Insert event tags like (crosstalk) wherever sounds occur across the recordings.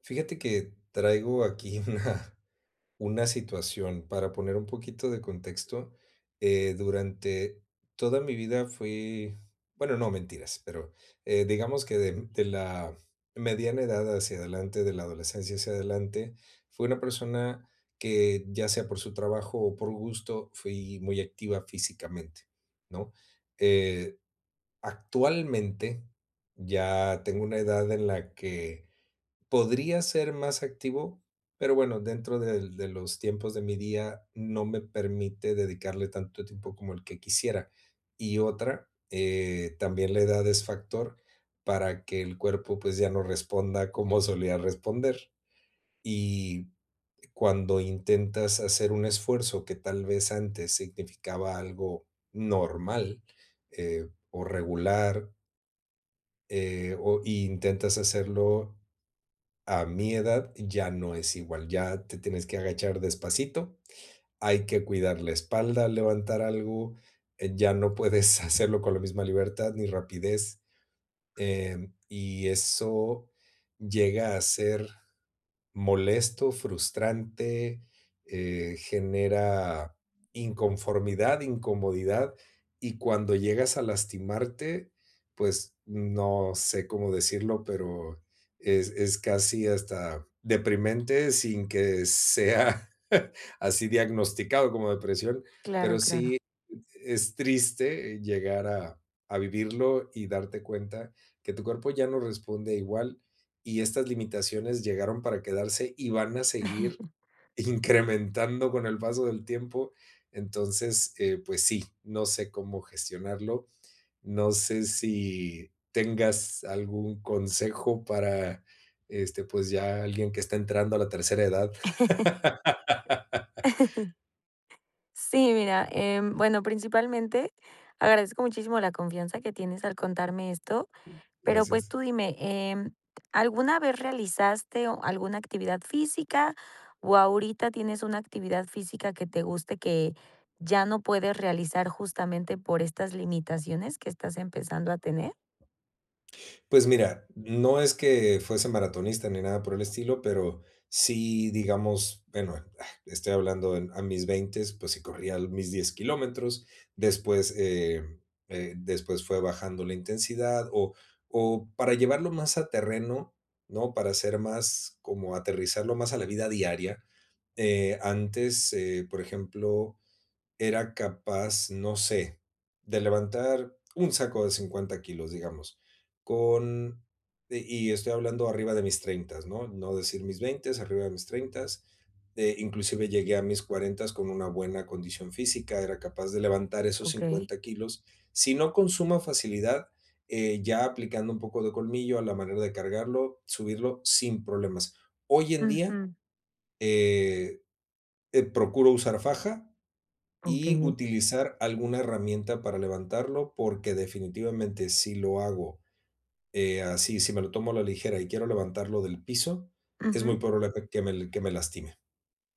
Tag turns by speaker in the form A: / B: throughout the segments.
A: Fíjate que traigo aquí una, (laughs) una situación para poner un poquito de contexto. Durante toda mi vida fui, bueno, no mentiras, pero digamos que de la mediana edad hacia adelante, de la adolescencia hacia adelante, fui una persona que ya sea por su trabajo o por gusto, fui muy activa físicamente, ¿no? Eh, actualmente ya tengo una edad en la que podría ser más activo, pero bueno, dentro del de los tiempos de mi día no me permite dedicarle tanto tiempo como el que quisiera. Y otra, también la edad es factor para que el cuerpo, pues, ya no responda como solía responder. Y cuando intentas hacer un esfuerzo que tal vez antes significaba algo normal, o regular, o y intentas hacerlo a mi edad ya no es igual, ya te tienes que agachar despacito, hay que cuidar la espalda al levantar algo, ya no puedes (laughs) hacerlo con la misma libertad ni rapidez, y eso llega a ser molesto, frustrante, genera inconformidad, incomodidad, y cuando llegas a lastimarte, pues no sé cómo decirlo, pero es casi hasta deprimente sin que sea (laughs) así diagnosticado como depresión,
B: Claro,
A: pero
B: claro.
A: sí es triste llegar a vivirlo y darte cuenta que tu cuerpo ya no responde igual y estas limitaciones llegaron para quedarse y van a seguir (laughs) incrementando con el paso del tiempo. Entonces, pues sí, no sé cómo gestionarlo. No sé si tengas algún consejo para, este, pues ya alguien que está entrando a la tercera edad.
B: (laughs) Sí, mira, bueno, principalmente agradezco muchísimo la confianza que tienes al contarme esto, pero pues
A: Gracias.
B: tú dime, ¿alguna vez realizaste alguna actividad física o ahorita tienes una actividad física que te guste que ya no puedes realizar justamente por estas limitaciones que estás empezando a tener?
A: Pues mira, no es que fuese maratonista ni nada por el estilo, pero sí, digamos, bueno, estoy hablando a mis 20, pues sí corría mis 10 kilómetros, después, después fue bajando la intensidad o para llevarlo más a terreno, ¿no? Para hacer más, como aterrizarlo más a la vida diaria. Antes, por ejemplo, era capaz, no sé, de levantar un saco de 50 kilos, digamos, con y estoy hablando arriba de mis 30, ¿no? No decir mis 20, arriba de mis 30. Inclusive llegué a mis 40 con una buena condición física, era capaz de levantar esos
B: Ok.
A: 50 kilos, si no con suma facilidad, ya aplicando un poco de colmillo a la manera de cargarlo, subirlo sin problemas. Hoy en
B: Ujú.
A: día, eh, procuro usar faja,
B: Ok.
A: y utilizar alguna herramienta para levantarlo, porque definitivamente si lo hago, así, si me lo tomo a la ligera y quiero levantarlo del piso, es
B: Ujú.
A: muy probable que que me lastime.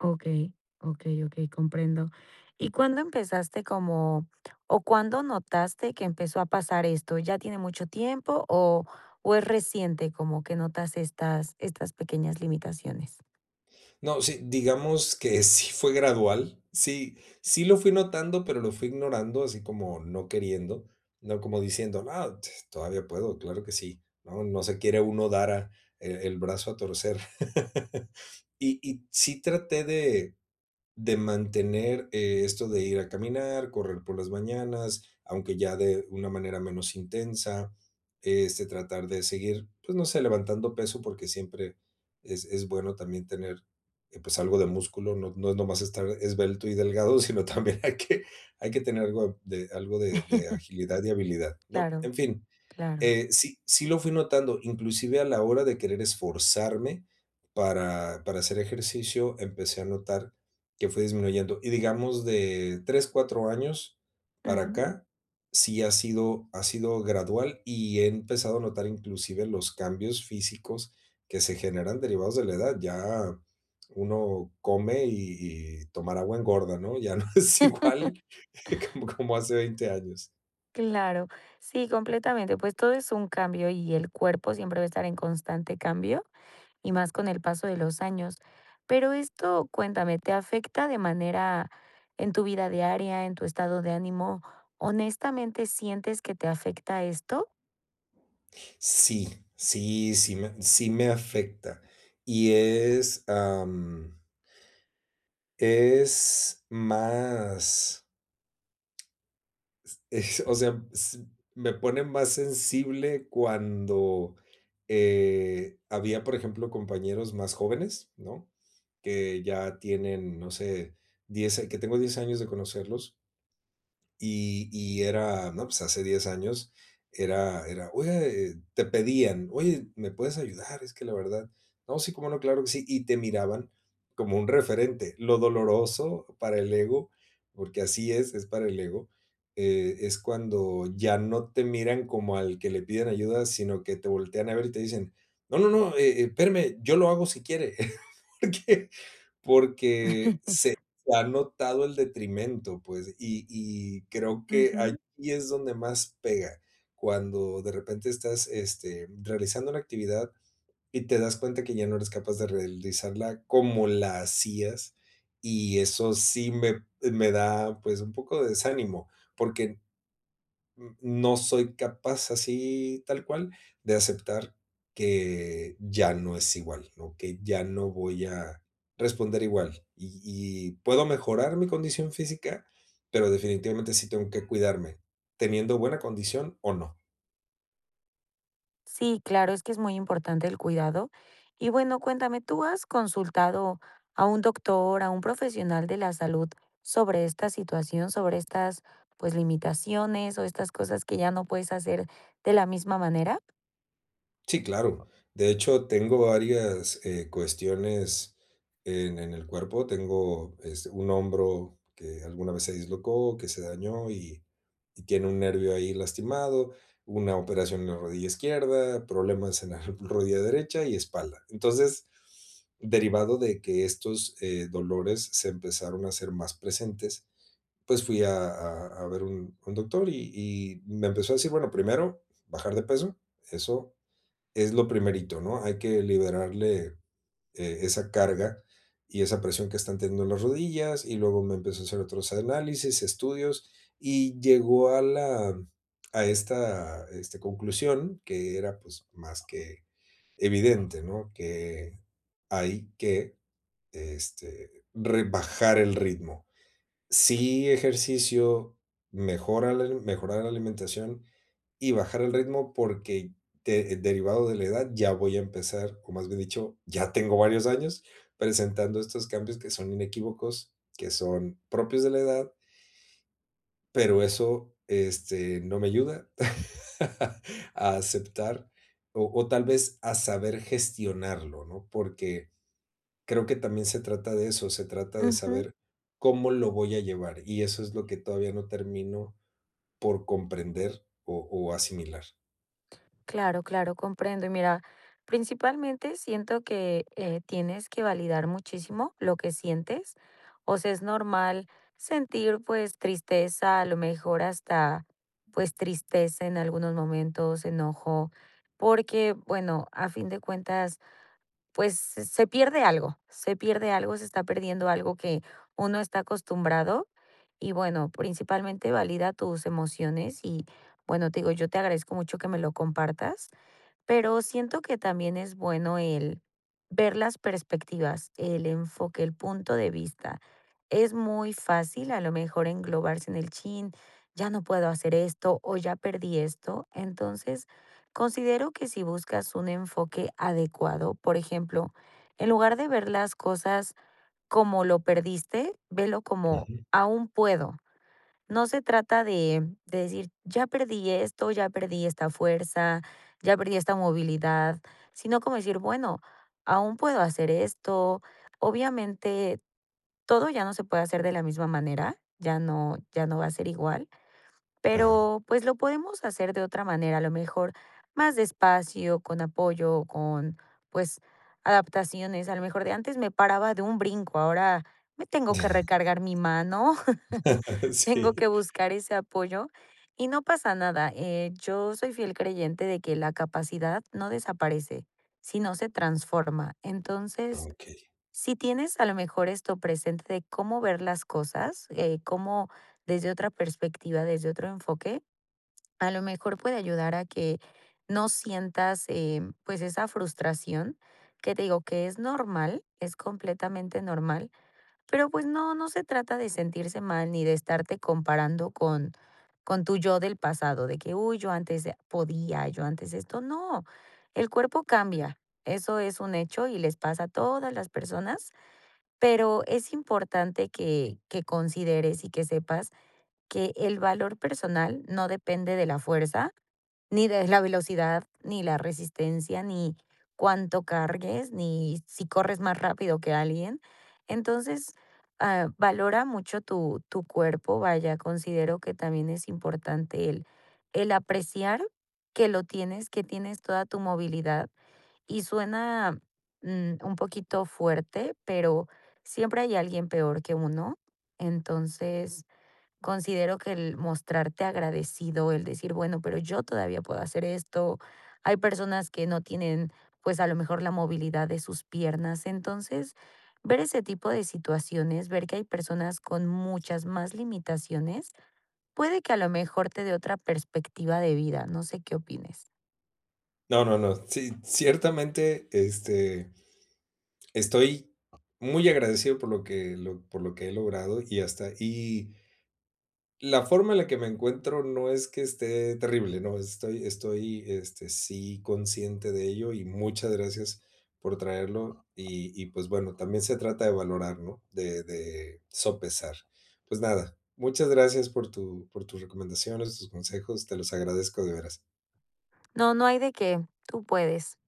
B: Okey, okey, okey, comprendo. ¿Y cuándo empezaste como o cuándo notaste que empezó a pasar esto? ¿Ya tiene mucho tiempo o es reciente como que notas estas pequeñas limitaciones?
A: No, sí, digamos que (laughs) sí fue gradual, sí, sí lo fui notando, pero lo fui ignorando, así como no queriendo, no como diciendo, no, todavía puedo, claro que sí, no, no se quiere uno dar el brazo a torcer. (laughs) Y, y sí traté de mantener, esto de ir a caminar, correr por las mañanas, aunque ya de una manera menos intensa, este, tratar de seguir, pues, no sé, levantando peso, porque siempre es bueno también tener, pues, algo de músculo, no no es nomás estar esbelto y delgado, (laughs) sino también hay que tener algo de algo de
B: (laughs)
A: agilidad y habilidad, ¿no?
B: Claro,
A: En fin,
B: claro.
A: sí, sí lo fui notando, inclusive a la hora de querer esforzarme para hacer ejercicio, empecé a notar que fue disminuyendo. Y digamos de 3, 4 años para
B: Ujú.
A: acá, sí ha sido gradual y he empezado a notar inclusive los cambios físicos que se generan derivados de la edad. Ya uno come y tomar agua engorda, ¿no? Ya no (laughs) es igual (laughs) como hace 20 años.
B: Claro. Sí, completamente, pues todo es un cambio y el cuerpo siempre va a estar en constante cambio, y más con el paso de los años. Pero esto, cuéntame, ¿te afecta de manera en tu vida diaria, en tu estado de ánimo? ¿Honestamente sientes que te afecta esto?
A: Sí, sí, sí me afecta. Y es, es más, (laughs) o sea, me pone más sensible cuando había, por ejemplo, compañeros más jóvenes, ¿no? Que ya tienen, no sé, 10, que tengo 10 años de conocerlos. Y era, no, pues, hace 10 años era: oye te pedían: "Oye, ¿me puedes ayudar? Es que la verdad". "No, sí, cómo no, claro que sí", y te miraban como un referente. Lo doloroso para el ego, porque así es para el ego, es cuando ya no te miran como al que le piden ayuda, sino que te voltean a ver y te dicen: "No, no, no, espéreme, yo lo hago si quiere", (laughs) porque porque se
B: (laughs)
A: ha notado el detrimento, pues, y creo que
B: Ujú.
A: allí es donde más pega, cuando de repente estás, este, realizando una actividad y te das cuenta que ya no eres capaz de realizarla como la hacías, y eso sí me da, pues, un poco de desánimo, porque no soy capaz así tal cual de aceptar que ya no es igual, ¿no? Que ya no voy a responder igual y puedo mejorar mi condición física, pero definitivamente sí tengo que cuidarme, teniendo buena condición o no.
B: Sí, claro, es que es muy importante el cuidado. Y bueno, cuéntame, ¿tú has consultado a un doctor, a un profesional de la salud sobre esta situación, sobre estas, pues, limitaciones o estas cosas que ya no puedes hacer de la misma manera?
A: Sí, claro. De hecho, tengo varias cuestiones en el cuerpo. Tengo este, un hombro que alguna vez se dislocó, que se dañó y tiene un nervio ahí lastimado, una operación en la rodilla izquierda, problemas en la (laughs) rodilla derecha y espalda. Entonces, derivado de que estos dolores se empezaron a hacer más presentes, pues fui a, a ver un doctor y me empezó a decir, bueno, primero, bajar de peso, eso es lo primerito, ¿no? Hay que liberarle, esa carga y esa presión que están teniendo las rodillas, y luego me empezó a hacer otros análisis, estudios, y llegó a la este, conclusión que era, pues, más que evidente, ¿no? Que hay que, este, rebajar el ritmo. Sí, ejercicio, mejorar la alimentación y bajar el ritmo porque de derivado de la edad ya voy a empezar, o más bien dicho, ya tengo varios años presentando estos cambios que son inequívocos, que son propios de la edad, pero eso, este, no me ayuda (laughs) a aceptar o tal vez a saber gestionarlo, ¿no? Porque creo que también se trata de eso, se trata de
B: Ujú.
A: saber cómo lo voy a llevar, y eso es lo que todavía no termino por comprender o asimilar.
B: Claro, claro, comprendo. Y mira, principalmente siento que tienes que validar muchísimo lo que sientes. O sea, es normal sentir pues tristeza, a lo mejor hasta pues tristeza en algunos momentos, enojo, porque bueno, a fin de cuentas pues se pierde algo, se pierde algo, se está perdiendo algo que uno está acostumbrado. Y bueno, principalmente valida tus emociones y bueno, te digo, yo te agradezco mucho que me lo compartas pero siento que también es bueno el ver las perspectivas, el enfoque, el punto de vista. Es muy fácil a lo mejor englobarse en el chin, ya no puedo hacer esto o ya perdí esto. Entonces, considero que si buscas un enfoque adecuado, por ejemplo, en lugar de ver las cosas como lo perdiste, velo como
A: Ujú.
B: aún puedo. No se trata de decir, ya perdí esto, ya perdí esta fuerza, ya perdí esta movilidad, sino como decir, bueno, aún puedo hacer esto. Obviamente, todo ya no se puede hacer de la misma manera, ya no, ya no va a ser igual,
A: Ajá.
B: pero pues lo podemos hacer de otra manera, a lo mejor más despacio, con apoyo, con pues adaptaciones. A lo mejor de antes me paraba de un brinco, ahora me tengo que
A: (laughs)
B: recargar mi mano, (laughs) tengo que
A: Sí.
B: buscar ese apoyo y no pasa nada. Yo soy fiel creyente de que la capacidad no desaparece, sino se transforma. Entonces,
A: Okey.
B: si tienes a lo mejor esto presente de cómo ver las cosas, cómo desde otra perspectiva, desde otro enfoque, a lo mejor puede ayudar a que no sientas pues esa frustración que te digo que es normal, es completamente normal, pero pues no, no se trata de sentirse mal ni de estarte comparando con tu yo del pasado, de que, uy, yo antes podía, yo antes esto, no, el cuerpo cambia, eso es un hecho y les pasa a todas las personas pero es importante que consideres y que sepas que el valor personal no depende de la fuerza, ni de la velocidad, ni la resistencia, ni cuánto cargues, ni si corres más rápido que alguien. Entonces, ah, valora mucho tu cuerpo, vaya, considero que también es importante el apreciar que lo tienes, que tienes toda tu movilidad y suena, mm, un poquito fuerte, pero siempre hay alguien peor que uno. Entonces, considero que el mostrarte agradecido, el decir, bueno, pero yo todavía puedo hacer esto. Hay personas que no tienen, pues a lo mejor la movilidad de sus piernas. Entonces, ver ese tipo de situaciones, ver que hay personas con muchas más limitaciones, puede que a lo mejor te dé otra perspectiva de vida. No sé qué opines.
A: No, no, no. Sí, ciertamente, este, estoy muy agradecido por lo que lo por lo que he logrado y hasta y la forma en la que me encuentro no es que esté terrible, no, estoy, este, sí consciente de ello y muchas gracias por traerlo. Y, pues, bueno, también se trata de valorar, ¿no? De sopesar. Pues nada, muchas gracias por tu por tus recomendaciones, tus consejos, te los agradezco de veras.
B: No, no hay de qué. Tú puedes.